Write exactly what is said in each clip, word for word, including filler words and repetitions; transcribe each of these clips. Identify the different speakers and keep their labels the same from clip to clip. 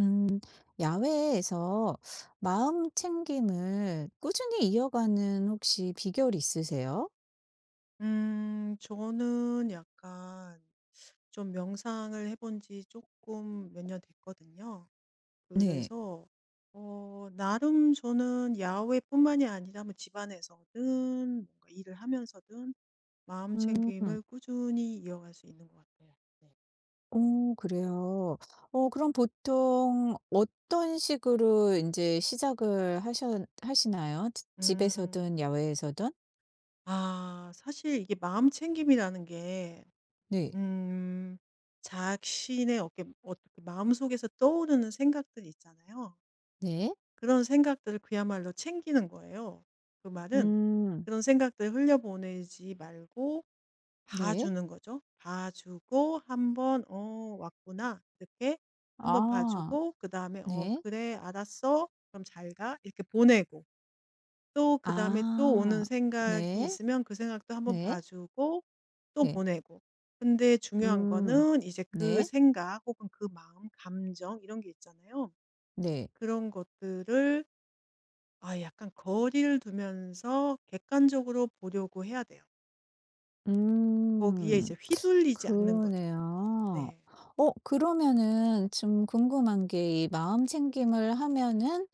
Speaker 1: 음, 야외에서 마음 챙김을 꾸준히 이어가는 혹시 비결이 있으세요?
Speaker 2: 음 저는 약간 좀 명상을 해본지 조금 몇 년 됐거든요.
Speaker 1: 네.
Speaker 2: 그래서 어 나름 저는 야외뿐만이 아니라 뭐 집안에서든 뭔가 일을 하면서든 마음
Speaker 1: 음,
Speaker 2: 챙김을 꾸준히 이어갈 수 있는 것 같아요. 네.
Speaker 1: 오, 그래요. 어, 그럼 보통 어떤 식으로 이제 시작을 하셔, 하시나요? 지-
Speaker 2: 음.
Speaker 1: 집에서든 야외에서든?
Speaker 2: 아 사실 이게 마음 챙김이라는 게
Speaker 1: 네.
Speaker 2: 음 자신의 어깨 어떻게 마음속에서 떠오르는 생각들 있잖아요.
Speaker 1: 네.
Speaker 2: 그런 생각들을 그야말로 챙기는 거예요. 그 말은
Speaker 1: 음,
Speaker 2: 그런 생각들 흘려보내지 말고
Speaker 1: 네.
Speaker 2: 봐주는 거죠. 봐주고 한번 어 왔구나 이렇게 한번
Speaker 1: 아,
Speaker 2: 봐주고 그 다음에 어
Speaker 1: 네.
Speaker 2: 그래 알았어 그럼 잘 가 이렇게 보내고 또 그 다음에 또
Speaker 1: 아,
Speaker 2: 오는 생각이
Speaker 1: 네.
Speaker 2: 있으면 그 생각도 한번
Speaker 1: 네.
Speaker 2: 봐주고 또
Speaker 1: 네.
Speaker 2: 보내고 근데 중요한
Speaker 1: 음,
Speaker 2: 거는 이제 그
Speaker 1: 네.
Speaker 2: 생각 혹은 그 마음 감정 이런 게 있잖아요.
Speaker 1: 네.
Speaker 2: 그런 것들을 아 약간 거리를 두면서 객관적으로 보려고 해야 돼요. 거기에
Speaker 1: 음.
Speaker 2: 이제 휘둘리지 않는 거죠.
Speaker 1: 그러네요.
Speaker 2: 네.
Speaker 1: 어 그러면은 좀 궁금한 게 이 마음 챙김을 하면은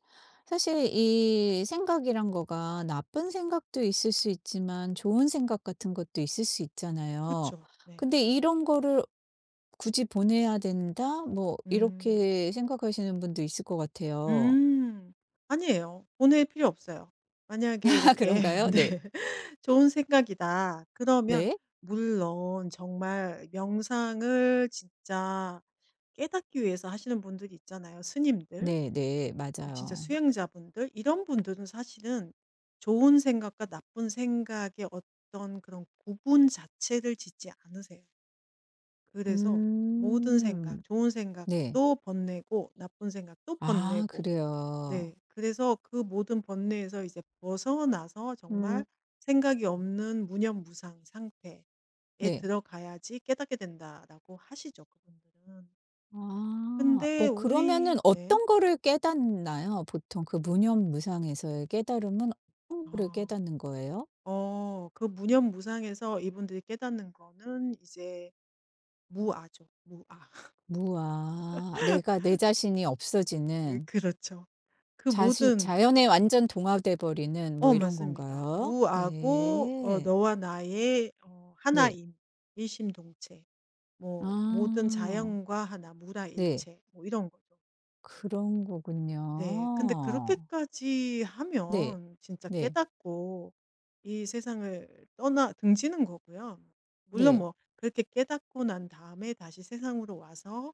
Speaker 1: 사실 이 생각이란 거가 나쁜 생각도 있을 수 있지만 좋은 생각 같은 것도 있을 수
Speaker 2: 그
Speaker 1: 있잖아요.
Speaker 2: 죠 네.
Speaker 1: 근데 이런 거를 '굳이 보내야 된다.' 뭐
Speaker 2: 음.
Speaker 1: 이렇게 생각하시는 분도 있을 것 같아요.
Speaker 2: 음. 아니에요. 보낼 필요 없어요. 만약에
Speaker 1: 아
Speaker 2: 이렇게
Speaker 1: 그런가요? 네.
Speaker 2: 네 '좋은 생각이다.' 그러면
Speaker 1: 네.
Speaker 2: 물론 정말 명상을 진짜 깨닫기 위해서 하시는 분들이 있잖아요, 스님들.
Speaker 1: 네네.
Speaker 2: 진짜
Speaker 1: 맞아요.
Speaker 2: 수행자분들 이런 분들은 사실은 좋은 생각과 나쁜 생각의 어떤 그런 구분 자체를 짓지 않으세요. 그래서 모든 생각,
Speaker 1: 음.
Speaker 2: 좋은
Speaker 1: 네.
Speaker 2: 생각도 번내고 나쁜 생각도
Speaker 1: 아
Speaker 2: 번내고
Speaker 1: 그래요.
Speaker 2: 네. 그래서 그 모든 번뇌에서 이제 벗어나서
Speaker 1: 음.
Speaker 2: 정말 생각이 없는 무념무상 상태에
Speaker 1: 네.
Speaker 2: 들어가야지 깨닫게 된다라고 하시죠, 그분들은.
Speaker 1: 아.
Speaker 2: 근데
Speaker 1: 어 그러면은
Speaker 2: 우리 네.
Speaker 1: 어떤 거를 깨닫나요? 보통 그 무념무상에서의 깨달음은 어떤 거를
Speaker 2: 아.
Speaker 1: 깨닫는 거예요?
Speaker 2: 어 그 무념무상에서 이분들이 깨닫는 거는 이제 무아죠. 무아.
Speaker 1: 무아 내가 내 자신이
Speaker 2: 예
Speaker 1: 없어지는
Speaker 2: 그렇죠. 그
Speaker 1: 자신
Speaker 2: 모든
Speaker 1: 자연에 완전 동화돼 버리는
Speaker 2: 어
Speaker 1: 뭐 이런
Speaker 2: 맞습니다.
Speaker 1: 건가요?
Speaker 2: 무아고 어
Speaker 1: 네.
Speaker 2: 너와 나의 어
Speaker 1: 네.
Speaker 2: 하나임, 일심동체. 뭐 모든
Speaker 1: 아.
Speaker 2: 자연과 하나,
Speaker 1: 네.
Speaker 2: 무라일체. 뭐 이런 거죠.
Speaker 1: 그런
Speaker 2: 네. 근데
Speaker 1: 거군요.
Speaker 2: 그렇게까지
Speaker 1: 네.
Speaker 2: 하면 진짜
Speaker 1: 네.
Speaker 2: 깨닫고 이 세상을 떠나 등지는 거고요. 물론
Speaker 1: 네.
Speaker 2: 뭐 그렇게 깨닫고 난 다음에 다시 세상으로 와서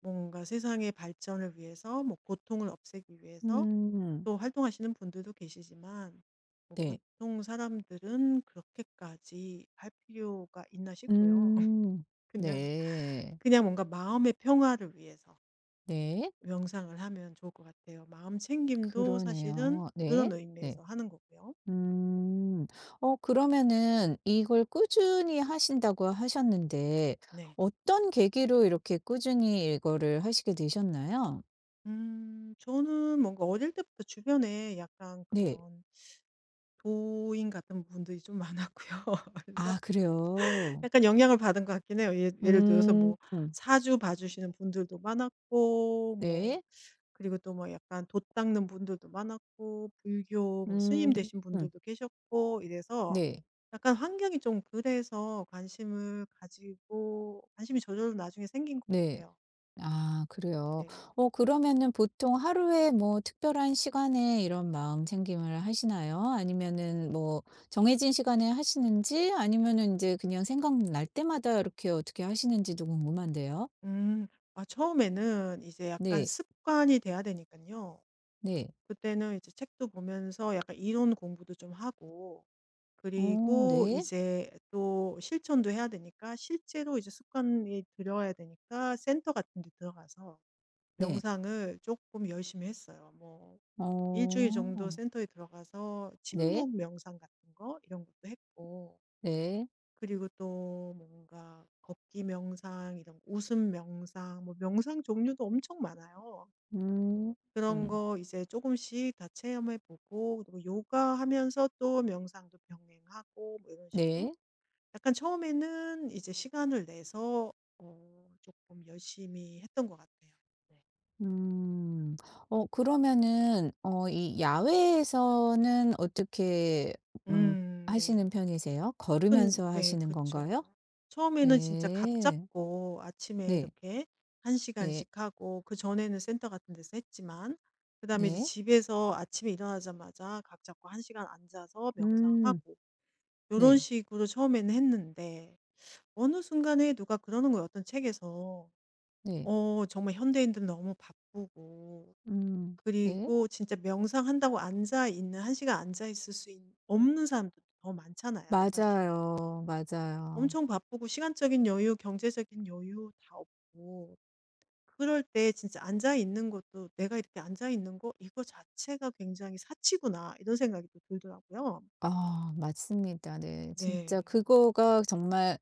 Speaker 2: 뭔가 세상의 발전을 위해서 뭐 고통을 없애기 위해서
Speaker 1: 음.
Speaker 2: 또 활동하시는 분들도 계시지만 뭐
Speaker 1: 네.
Speaker 2: 보통 사람들은 그렇게까지 할 필요가 있나 싶고요.
Speaker 1: 음.
Speaker 2: 그냥
Speaker 1: 네.
Speaker 2: 그냥 뭔가 마음의 평화를 위해서
Speaker 1: 네.
Speaker 2: 명상을 하면 좋을 것 같아요. 마음 챙김도 사실은
Speaker 1: 그러네요.
Speaker 2: 그런
Speaker 1: 네. 네.
Speaker 2: 의미에서 하는 거고요.
Speaker 1: 음. 어 그러면은 이걸 꾸준히 하신다고 하셨는데
Speaker 2: 네.
Speaker 1: 어떤 계기로 이렇게 꾸준히 이거를 하시게 되셨나요?
Speaker 2: 음, 저는 뭔가 어릴 때부터 주변에 약간
Speaker 1: 네.
Speaker 2: 그런 도인 같은 분들이 좀 많았고요. 그래서
Speaker 1: 아 그래요.
Speaker 2: 약간 영향을 받은 것 같긴 해요. 예 예를 들어서
Speaker 1: 음.
Speaker 2: 뭐
Speaker 1: 음,
Speaker 2: 사주 봐 주시는 분들도 많았고 뭐
Speaker 1: 네.
Speaker 2: 그리고 또 뭐 약간 돛 닦는 분들도 많았고 불교 뭐 스님
Speaker 1: 음.
Speaker 2: 되신
Speaker 1: 음,
Speaker 2: 분들도 계셨고 이래서
Speaker 1: 네.
Speaker 2: 약간 환경이 좀 그래서 관심을 가지고 관심이 저절로 나중에 생긴 것
Speaker 1: 네.
Speaker 2: 같아요.
Speaker 1: 아 그래요.
Speaker 2: 네.
Speaker 1: 어 그러면은 보통 하루에 뭐 특별한 시간에 이런 마음 챙김을 하시나요? 아니면은 뭐 정해진 시간에 하시는지 아니면은 이제 그냥 생각날 때마다 이렇게 어떻게 하시는지도 궁금한데요.
Speaker 2: 음. 아 처음에는 이제 약간
Speaker 1: 네.
Speaker 2: 습관이 돼야 되니까요
Speaker 1: 네.
Speaker 2: 그때는 이제 책도 보면서 약간 이론 공부도 좀 하고
Speaker 1: 어
Speaker 2: 그리고
Speaker 1: 네.
Speaker 2: 이제 또 실천도 해야 되니까 실제로 이제 습관이 들여야 되니까 센터 같은 데 들어가서
Speaker 1: 네.
Speaker 2: 명상을 조금 열심히 했어요. 뭐 일 주일 정도
Speaker 1: 어.
Speaker 2: 센터에 들어가서
Speaker 1: 네.
Speaker 2: 침묵 명상 같은 거 이런 것도 했고
Speaker 1: 네.
Speaker 2: 그리고 또 뭔가 걷기 명상 이런 거, 웃음 명상 뭐 명상 종류도 엄청 많아요.
Speaker 1: 음.
Speaker 2: 그런
Speaker 1: 음.
Speaker 2: 거 이제 조금씩 다 체험해 보고 그리고 요가하면서 또 명상도 병행하고 뭐 이런 식으로
Speaker 1: 네.
Speaker 2: 약간 처음에는 이제 시간을 내서 어금 열심히 했던 것 같아요. 네.
Speaker 1: 음. 어 그러면은 어 이 야외에서는 어떻게 음
Speaker 2: 음 네.
Speaker 1: 하시는
Speaker 2: 음.
Speaker 1: 편이세요? 걸으면서
Speaker 2: 근 네
Speaker 1: 하시는
Speaker 2: 그쵸.
Speaker 1: 건가요?
Speaker 2: 처음에는 진짜 각
Speaker 1: 네.
Speaker 2: 잡고 아침에
Speaker 1: 네.
Speaker 2: 이렇게 한
Speaker 1: 네.
Speaker 2: 시간씩 하고 그전에는 센터 같은 데서 했지만 그다음에 이제
Speaker 1: 네.
Speaker 2: 집에서 아침에 일어나자마자 각 잡고 한 시간 앉아서
Speaker 1: 음.
Speaker 2: 명상하고 이런
Speaker 1: 네.
Speaker 2: 식으로 처음에는 했는데 어느 순간에 누가 그러는 거예요 어떤 책에서.
Speaker 1: 네.
Speaker 2: 어 정말 현대인들은 너무 바쁘고
Speaker 1: 음. 네.
Speaker 2: 그리고 진짜 명상한다고 앉아 있는 한 시간 앉아 있을 수 있 없는 사람들도 더 많잖아요 사실은.
Speaker 1: 맞아요. 맞아요.
Speaker 2: 엄청 바쁘고 시간적인 여유, 경제적인 여유 다 없고 그럴 때 진짜 앉아 있는 것도 '내가 이렇게 앉아 있는 거 이거 자체가 굉장히 사치구나.' 이런 생각이 또 들더라고요.
Speaker 1: 아 맞습니다. 네.
Speaker 2: 네.
Speaker 1: 진짜 그거가 정말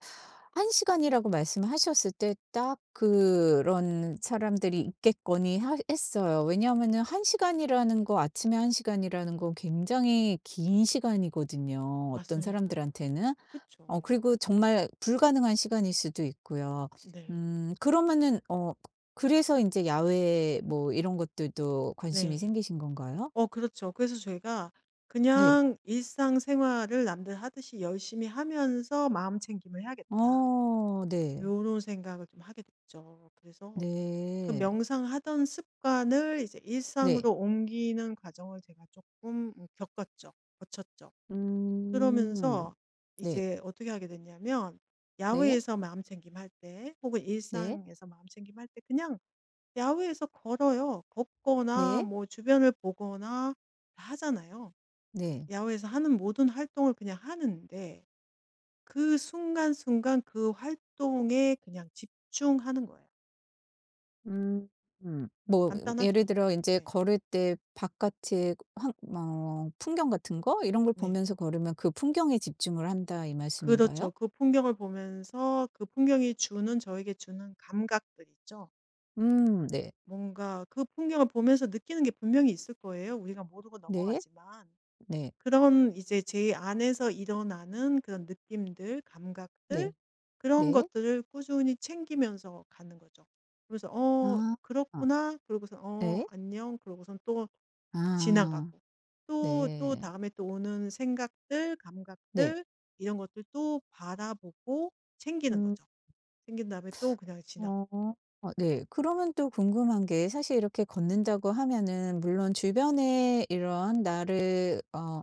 Speaker 1: 한 시간이라고 말씀하셨을 때 딱 그런 사람들이 있겠거니 하 했어요. 왜냐하면은 한 시간이라는 거 아침에 한 시간이라는 건 굉장히 긴 시간이거든요, 어떤
Speaker 2: 맞습니다.
Speaker 1: 사람들한테는. 어
Speaker 2: 그쵸.
Speaker 1: 그리고 정말 불가능한 시간일 수도 있고요.
Speaker 2: 네.
Speaker 1: 음 그러면은 어 그래서 이제 야외 뭐 이런 것들도 관심이
Speaker 2: 네.
Speaker 1: 생기신 건가요?
Speaker 2: 어 그렇죠. 그래서 저희가
Speaker 1: 네.
Speaker 2: 그냥 '일상생활을 남들 하듯이 열심히 하면서 마음챙김을 해야겠다.'
Speaker 1: 어 네.
Speaker 2: 요런 생각을 좀 하게 됐죠. 그래서 그
Speaker 1: 네.
Speaker 2: 명상하던 습관을 이제
Speaker 1: 네.
Speaker 2: 일상으로 옮기는 과정을 제가 조금 음, 겪었죠. 거쳤죠.
Speaker 1: 음.
Speaker 2: 그러면서
Speaker 1: 네.
Speaker 2: 이제 어떻게 하게 됐냐면
Speaker 1: 네.
Speaker 2: 야외에서 마음챙김 할 때 혹은
Speaker 1: 네.
Speaker 2: 일상에서 마음챙김 할 때 그냥 야외에서 걸어요. 걷거나
Speaker 1: 네.
Speaker 2: 뭐 주변을 보거나 다 하잖아요.
Speaker 1: 네.
Speaker 2: 야외에서 하는 모든 활동을 그냥 하는데 그 순간순간 그 활동에 그냥 집중하는 거예요.
Speaker 1: 음. 음. 뭐 예를
Speaker 2: 간단하죠.
Speaker 1: 들어 인제
Speaker 2: 네.
Speaker 1: 걸을 때 바깥의 환 뭐 풍경 같은 거 이런 걸
Speaker 2: 네.
Speaker 1: 보면서 걸으면 '그 풍경에 집중을 한다.' 이
Speaker 2: 그렇죠.
Speaker 1: 말씀인가요?
Speaker 2: 그 풍경을 보면서 그 풍경이 주는 저에게 주는 감각들 있죠.
Speaker 1: 음. 네.
Speaker 2: 뭔가 그 풍경을 보면서 느끼는 게 분명히 있을 거예요. 우리가 모르고
Speaker 1: 네.
Speaker 2: 넘어가지만.
Speaker 1: 네.
Speaker 2: 그런 이제 제 안에서 일어나는 그런 느낌들, 감각들
Speaker 1: 네.
Speaker 2: 그런
Speaker 1: 네.
Speaker 2: 것들을 꾸준히 챙기면서 가는 거죠. 그래서 '어
Speaker 1: 아. 아.
Speaker 2: 그렇구나.' 그러고선 '어
Speaker 1: 네.
Speaker 2: 안녕.' 그러고선 또
Speaker 1: 아.
Speaker 2: 지나가고 또, 또
Speaker 1: 네.
Speaker 2: 다음에 또 오는 생각들,
Speaker 1: 네.
Speaker 2: 감각들 이런 것들 또 바라보고 챙기는
Speaker 1: 음.
Speaker 2: 거죠. 챙긴 다음에 또 그냥 지나가고.
Speaker 1: 어. 어 네. 그러면 또 궁금한 게 사실 이렇게 걷는다고 하면은 물론 주변에 이런 나를 어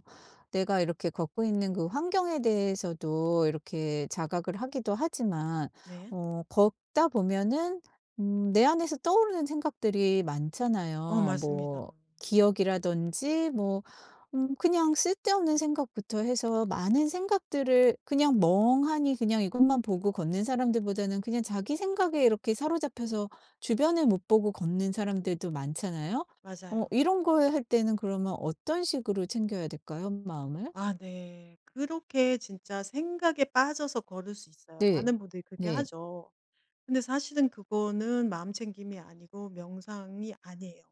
Speaker 1: 내가 이렇게 걷고 있는 그 환경에 대해서도 이렇게 자각을 하기도 하지만
Speaker 2: 네.
Speaker 1: 어 걷다 보면은 음 내 안에서 떠오르는 생각들이
Speaker 2: 어,
Speaker 1: 많잖아요.
Speaker 2: 맞습니다.
Speaker 1: 뭐 기억이라든지 뭐 음 그냥 쓸데없는 생각부터 해서 많은 생각들을 그냥 멍하니 그냥 이것만 보고 걷는 사람들보다는 그냥 자기 생각에 이렇게 사로잡혀서 주변을 못 보고 걷는 사람들도 많잖아요. 어
Speaker 2: 맞아요.
Speaker 1: 이런 거 할 때는 그러면 어떤 식으로 챙겨야 될까요, 마음을?
Speaker 2: 아, 네. 그렇게 진짜 생각에 빠져서 걸을 수 있어요.
Speaker 1: 네.
Speaker 2: 많은 분들이 그렇게
Speaker 1: 네.
Speaker 2: 하죠. 근데 사실은 그거는 마음 챙김이 아니고 명상이 아니에요.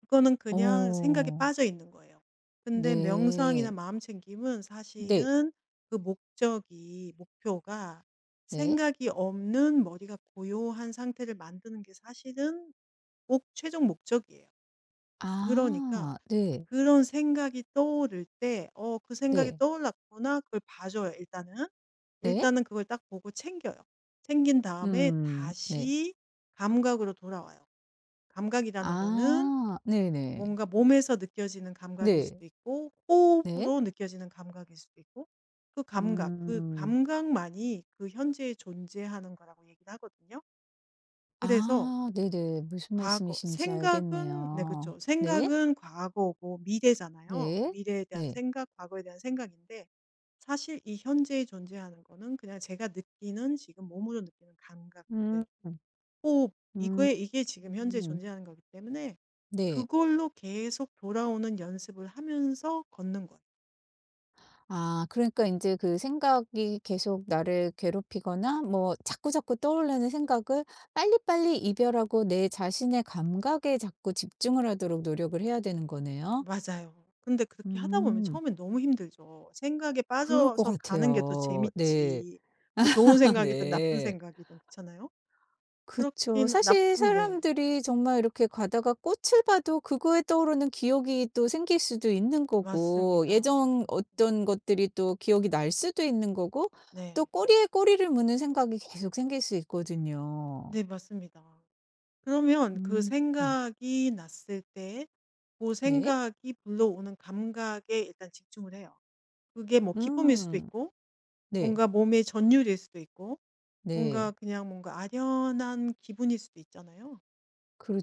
Speaker 2: 그거는 그냥 생각에
Speaker 1: 어.
Speaker 2: 빠져 있는 거예요. 근데 명상이나
Speaker 1: 네.
Speaker 2: 마음 챙김은
Speaker 1: 네.
Speaker 2: 사실은 그 목적이 목표가
Speaker 1: 네.
Speaker 2: 생각이 없는 머리가 고요한 상태를 만드는 게 사실은 꼭 최종 목적이에요. 그러니까
Speaker 1: 아. 네.
Speaker 2: 그런 생각이 떠오를 때 어 그 생각이
Speaker 1: 네.
Speaker 2: 떠올랐구나. 그걸 봐 줘요 일단은.
Speaker 1: 네.
Speaker 2: 일단은 그걸 딱 보고 챙겨요. 챙긴 다음에
Speaker 1: 음. 네.
Speaker 2: 다시 감각으로 돌아와요. 감각이라는 거는
Speaker 1: 아. 네네.
Speaker 2: 뭔가 몸에서 느껴지는 감각일
Speaker 1: 네.
Speaker 2: 수도 있고
Speaker 1: 네.
Speaker 2: 호흡으로 느껴지는 감각일 수도 있고 그 감각, 그
Speaker 1: 음.
Speaker 2: 감각만이 그 현재에 존재하는 거라고 얘기를 하거든요. 그래서
Speaker 1: 아 네네. 무슨
Speaker 2: 과거,
Speaker 1: 말씀이신지
Speaker 2: 생각은, 네,
Speaker 1: 알겠네요.
Speaker 2: 그렇죠.
Speaker 1: 네.
Speaker 2: 생각은 과거고 미래잖아요.
Speaker 1: 네.
Speaker 2: 미래에 대한
Speaker 1: 네.
Speaker 2: 생각, 과거에 대한 생각인데 사실 이 현재에 존재하는 거는 그냥 제가 느끼는 지금 몸으로 느끼는
Speaker 1: 음.
Speaker 2: 감각들, 호흡,
Speaker 1: 음.
Speaker 2: 이거에 이게 지금 현재 에
Speaker 1: 음.
Speaker 2: 존재하는 거기 때문에
Speaker 1: 네.
Speaker 2: 그걸로 계속 돌아오는 연습을 하면서 걷는 거예요.
Speaker 1: 아 그러니까 이제 그 생각이 계속 나를 괴롭히거나 뭐 자꾸자꾸 떠올르는 생각을 빨리빨리 이별하고 내 자신의 감각에 자꾸 집중을 하도록 노력을 해야 되는 거네요.
Speaker 2: 맞아요. 근데 그렇게 하다 보면
Speaker 1: 음.
Speaker 2: 처음엔 너무 힘들죠. 생각에
Speaker 1: 그럴 것
Speaker 2: 빠져서 가는 게 더
Speaker 1: 같아요. 네.
Speaker 2: 재밌지. 뭐 좋은
Speaker 1: 아
Speaker 2: 생각이든 나쁜
Speaker 1: 네.
Speaker 2: 생각이든 그렇잖아요.
Speaker 1: 그쵸.
Speaker 2: 그렇긴
Speaker 1: 사실
Speaker 2: 나쁜 네.
Speaker 1: 사람들이 정말 이렇게 가다가 꽃을 봐도 그거에 떠오르는 기억이 또 생길 수도 있는 거고
Speaker 2: 맞습니다. 맞습니다.
Speaker 1: 예전 어떤 것들이 또 기억이 날 수도 있는 거고 또
Speaker 2: 네.
Speaker 1: 꼬리에 꼬리를 무는 생각이 계속 생길 수 있거든요.
Speaker 2: 네, 맞습니다. 그러면 그
Speaker 1: 음. 음.
Speaker 2: 생각이 났을 때 그
Speaker 1: 네.
Speaker 2: 생각이 불러오는 감각에 일단 집중을 해요. 그게 뭐 기쁨일 수도
Speaker 1: 음.
Speaker 2: 있고
Speaker 1: 네.
Speaker 2: 뭔가 몸의 전율일 수도 있고 뭔가
Speaker 1: 네.
Speaker 2: 그냥 뭔가 아련한 기분일 수도 있잖아요.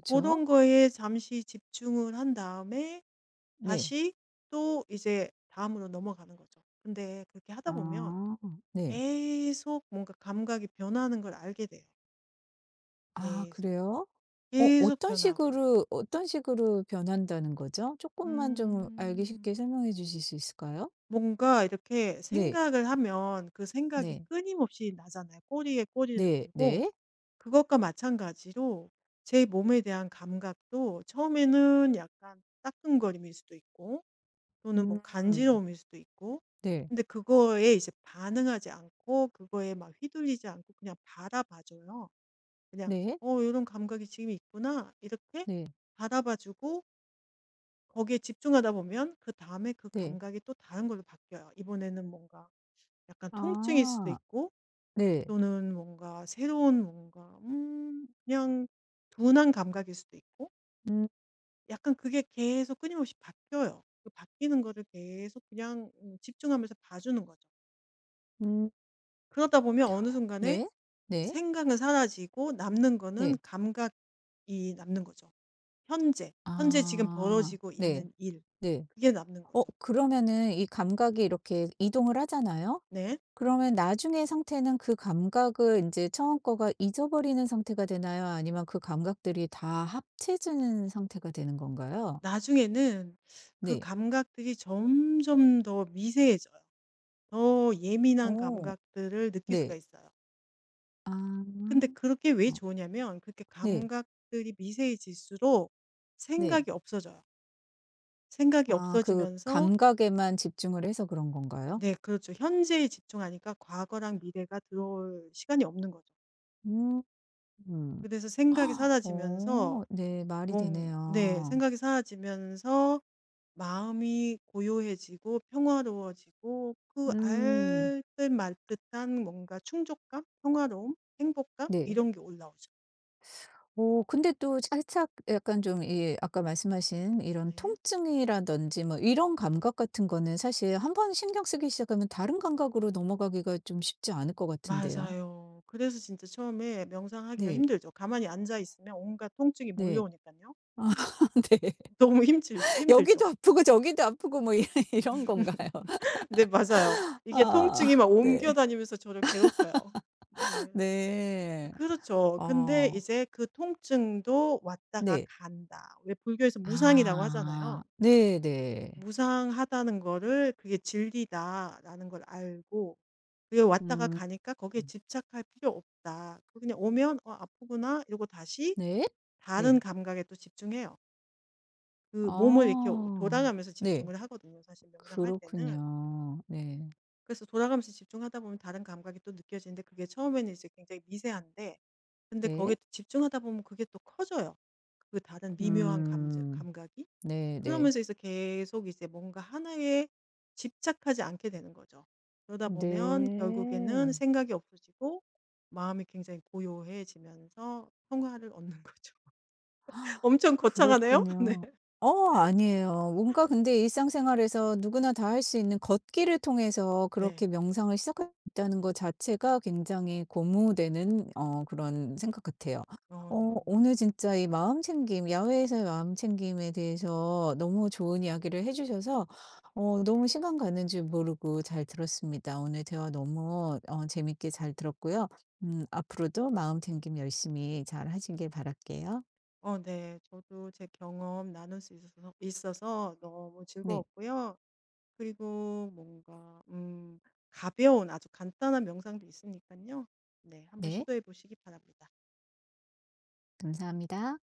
Speaker 2: 그 런 거에 잠시 집중을 한 다음에
Speaker 1: 네.
Speaker 2: 다시 또 이제 다음으로 넘어가는 거죠. 근데 그렇게 하다 보면
Speaker 1: 아. 네.
Speaker 2: 계속 뭔가 감각이 변하는 걸 알게 돼요.
Speaker 1: 아
Speaker 2: 계속.
Speaker 1: 그래요? 어
Speaker 2: 계속
Speaker 1: 어떤
Speaker 2: 변하고.
Speaker 1: 식으로 어떤 식으로 변한다는 거죠? 조금만 좀 알기
Speaker 2: 음.
Speaker 1: 쉽게 설명해 주실 수 있을까요?
Speaker 2: 뭔가 이렇게
Speaker 1: 네.
Speaker 2: 생각을 하면 그 생각이
Speaker 1: 네.
Speaker 2: 끊임없이 나잖아요. 꼬리에 꼬리를
Speaker 1: 네.
Speaker 2: 물고.
Speaker 1: 네.
Speaker 2: 그것과 마찬가지로 제 몸에 대한 감각도 처음에는 약간 따끔거림일 수도 있고 또는 뭐
Speaker 1: 음.
Speaker 2: 간지러움일 수도 있고
Speaker 1: 네.
Speaker 2: 근데 그거에 이제 반응하지 않고 그거에 막 휘둘리지 않고 그냥 바라봐줘요. 그냥
Speaker 1: 네.
Speaker 2: 어 이런 감각이 지금 있구나 이렇게
Speaker 1: 네.
Speaker 2: 바라봐주고 거기에 집중하다 보면 그 다음에 그
Speaker 1: 네.
Speaker 2: 감각이 또 다른 걸로 바뀌어요. 이번에는 뭔가 약간 통증일 수도
Speaker 1: 아.
Speaker 2: 있고
Speaker 1: 네.
Speaker 2: 또는 뭔가 새로운 뭔가 음 그냥 둔한 감각일 수도 있고
Speaker 1: 음
Speaker 2: 약간 그게 계속 끊임없이 바뀌어요. 그 바뀌는 거를 계속 그냥 음 집중하면서 봐주는 거죠.
Speaker 1: 음.
Speaker 2: 그러다 보면 어느 순간에
Speaker 1: 네. 네.
Speaker 2: 생각은 사라지고 남는 거는
Speaker 1: 네.
Speaker 2: 감각이 남는 거죠. 현재, 현재 지금
Speaker 1: 아.
Speaker 2: 벌어지고
Speaker 1: 네.
Speaker 2: 있는 일
Speaker 1: 네.
Speaker 2: 그게 남는
Speaker 1: 어
Speaker 2: 거죠.
Speaker 1: 그러면은 이 감각이 이렇게 이동을 하잖아요?
Speaker 2: 네.
Speaker 1: 그러면 나중에 상태는 그 감각을 이제 처음 거가 잊어버리는 상태가 되나요? 아니면 그 감각들이 다 합쳐지는 상태가 되는 건가요?
Speaker 2: 나중에는 그
Speaker 1: 네.
Speaker 2: 감각들이 점점 더 미세해져요. 더 예민한
Speaker 1: 오
Speaker 2: 감각들을 느낄 수가
Speaker 1: 네.
Speaker 2: 있어요.
Speaker 1: 아.
Speaker 2: 근데 그렇게 왜 좋으냐면 그렇게
Speaker 1: 네.
Speaker 2: 감각들이 미세해질수록
Speaker 1: 네.
Speaker 2: 생각이 없어져요. 생각이
Speaker 1: 아 그
Speaker 2: 없어지면서
Speaker 1: 감각에만 집중을 해서 그런 건가요?
Speaker 2: 네 그렇죠. 현재에 집중하니까 과거랑 미래가 들어올 시간이 없는 거죠.
Speaker 1: 음. 음
Speaker 2: 그래서 생각이
Speaker 1: 어
Speaker 2: 사라지면서
Speaker 1: 네. 말이
Speaker 2: 뭔 네
Speaker 1: 되네요.
Speaker 2: 생각이 사라지면서 마음이 고요해지고 평화로워지고 그
Speaker 1: 음
Speaker 2: 알뜰말뜻한 뭔가 충족감, 평화로움, 행복감
Speaker 1: 네.
Speaker 2: 이런 게 올라오죠.
Speaker 1: 오 근데 또 살짝 약간 좀 이 아까 말씀하신 이런
Speaker 2: 네.
Speaker 1: 통증이라든지 뭐 이런 감각 같은 거는 사실 한번 신경 쓰기 시작하면 다른 감각으로 넘어가기가 좀 쉽지 않을 것 같은데요.
Speaker 2: 맞아요. 그래서 진짜 처음에 명상하기가
Speaker 1: 네.
Speaker 2: 힘들죠. 가만히 앉아 있으면 온갖 통증이 몰려
Speaker 1: 네.
Speaker 2: 오니까요
Speaker 1: 아 네.
Speaker 2: 너무 힘들죠. 힘들죠.
Speaker 1: 여기도 아프고 저기도 아프고 뭐 이 이런 건가요?
Speaker 2: 네 맞아요. 이게 통증이
Speaker 1: 아
Speaker 2: 막 옮겨
Speaker 1: 네.
Speaker 2: 다니면서 저를 괴롭혀요. 네.
Speaker 1: 네.
Speaker 2: 그렇죠. 근데
Speaker 1: 아
Speaker 2: 이제 그 통증도 왔다가
Speaker 1: 네.
Speaker 2: 간다. 왜 불교에서 무상이라고
Speaker 1: 아
Speaker 2: 하잖아요.
Speaker 1: 네네.
Speaker 2: 무상하다는 거를 그게 진리다라는 걸 알고 그게 왔다가
Speaker 1: 음
Speaker 2: 가니까 거기에 집착할 필요 없다. 그거 그냥 오면 '어 아프구나.' 이러고 다시
Speaker 1: 네?
Speaker 2: 다른
Speaker 1: 네.
Speaker 2: 감각에 또 집중해요. 그 몸을 이렇게 오
Speaker 1: 아
Speaker 2: 돌아가면서
Speaker 1: 네.
Speaker 2: 집중을 하거든요, 사실 명상할 때는.
Speaker 1: 그렇군요. 네.
Speaker 2: 그래서 돌아가면서 집중하다 보면 다른 감각이 또 느껴지는데 그게 처음에는 이제 굉장히 미세한데 근데 거기에
Speaker 1: 네.
Speaker 2: 또 집중하다 보면 그게 또 커져요, 그 다른 미묘한 감
Speaker 1: 음
Speaker 2: 감각이.
Speaker 1: 네네.
Speaker 2: 그러면서 이제 계속 이제 뭔가 하나에 집착하지 않게 되는 거죠. 그러다 보면 결국에는
Speaker 1: 네.
Speaker 2: 생각이 없어지고 마음이 굉장히 고요해지면서 평화를 얻는 거죠. 엄청 거창하네요. 네.
Speaker 1: 그렇군요. 어 아니에요. 뭔가 근데 일상생활에서 누구나 다 할 수 있는 걷기를 통해서
Speaker 2: 네.
Speaker 1: 그렇게 명상을 시작했다는 것 자체가 굉장히 고무되는 어 그런 생각 같아요.
Speaker 2: 어 네.
Speaker 1: 어 오늘 진짜 이 마음챙김, 야외에서의 마음챙김에 대해서 너무 좋은 이야기를 해 주셔서 어 너무 시간 가는 줄 모르고 잘 들었습니다. 오늘 대화 너무 어 재밌게 잘 들었고요. 음 앞으로도 마음챙김 열심히 잘 하시길 바랄게요.
Speaker 2: 어 네. 저도 제 경험 나눌 수 있어서 있어서 너무
Speaker 1: 네.
Speaker 2: 즐거웠고요. 그리고 뭔가 음 가벼운 아주 간단한 명상도 있으니까요 네. 한번
Speaker 1: 네.
Speaker 2: 시도해 보시기 바랍니다.
Speaker 1: 감사합니다.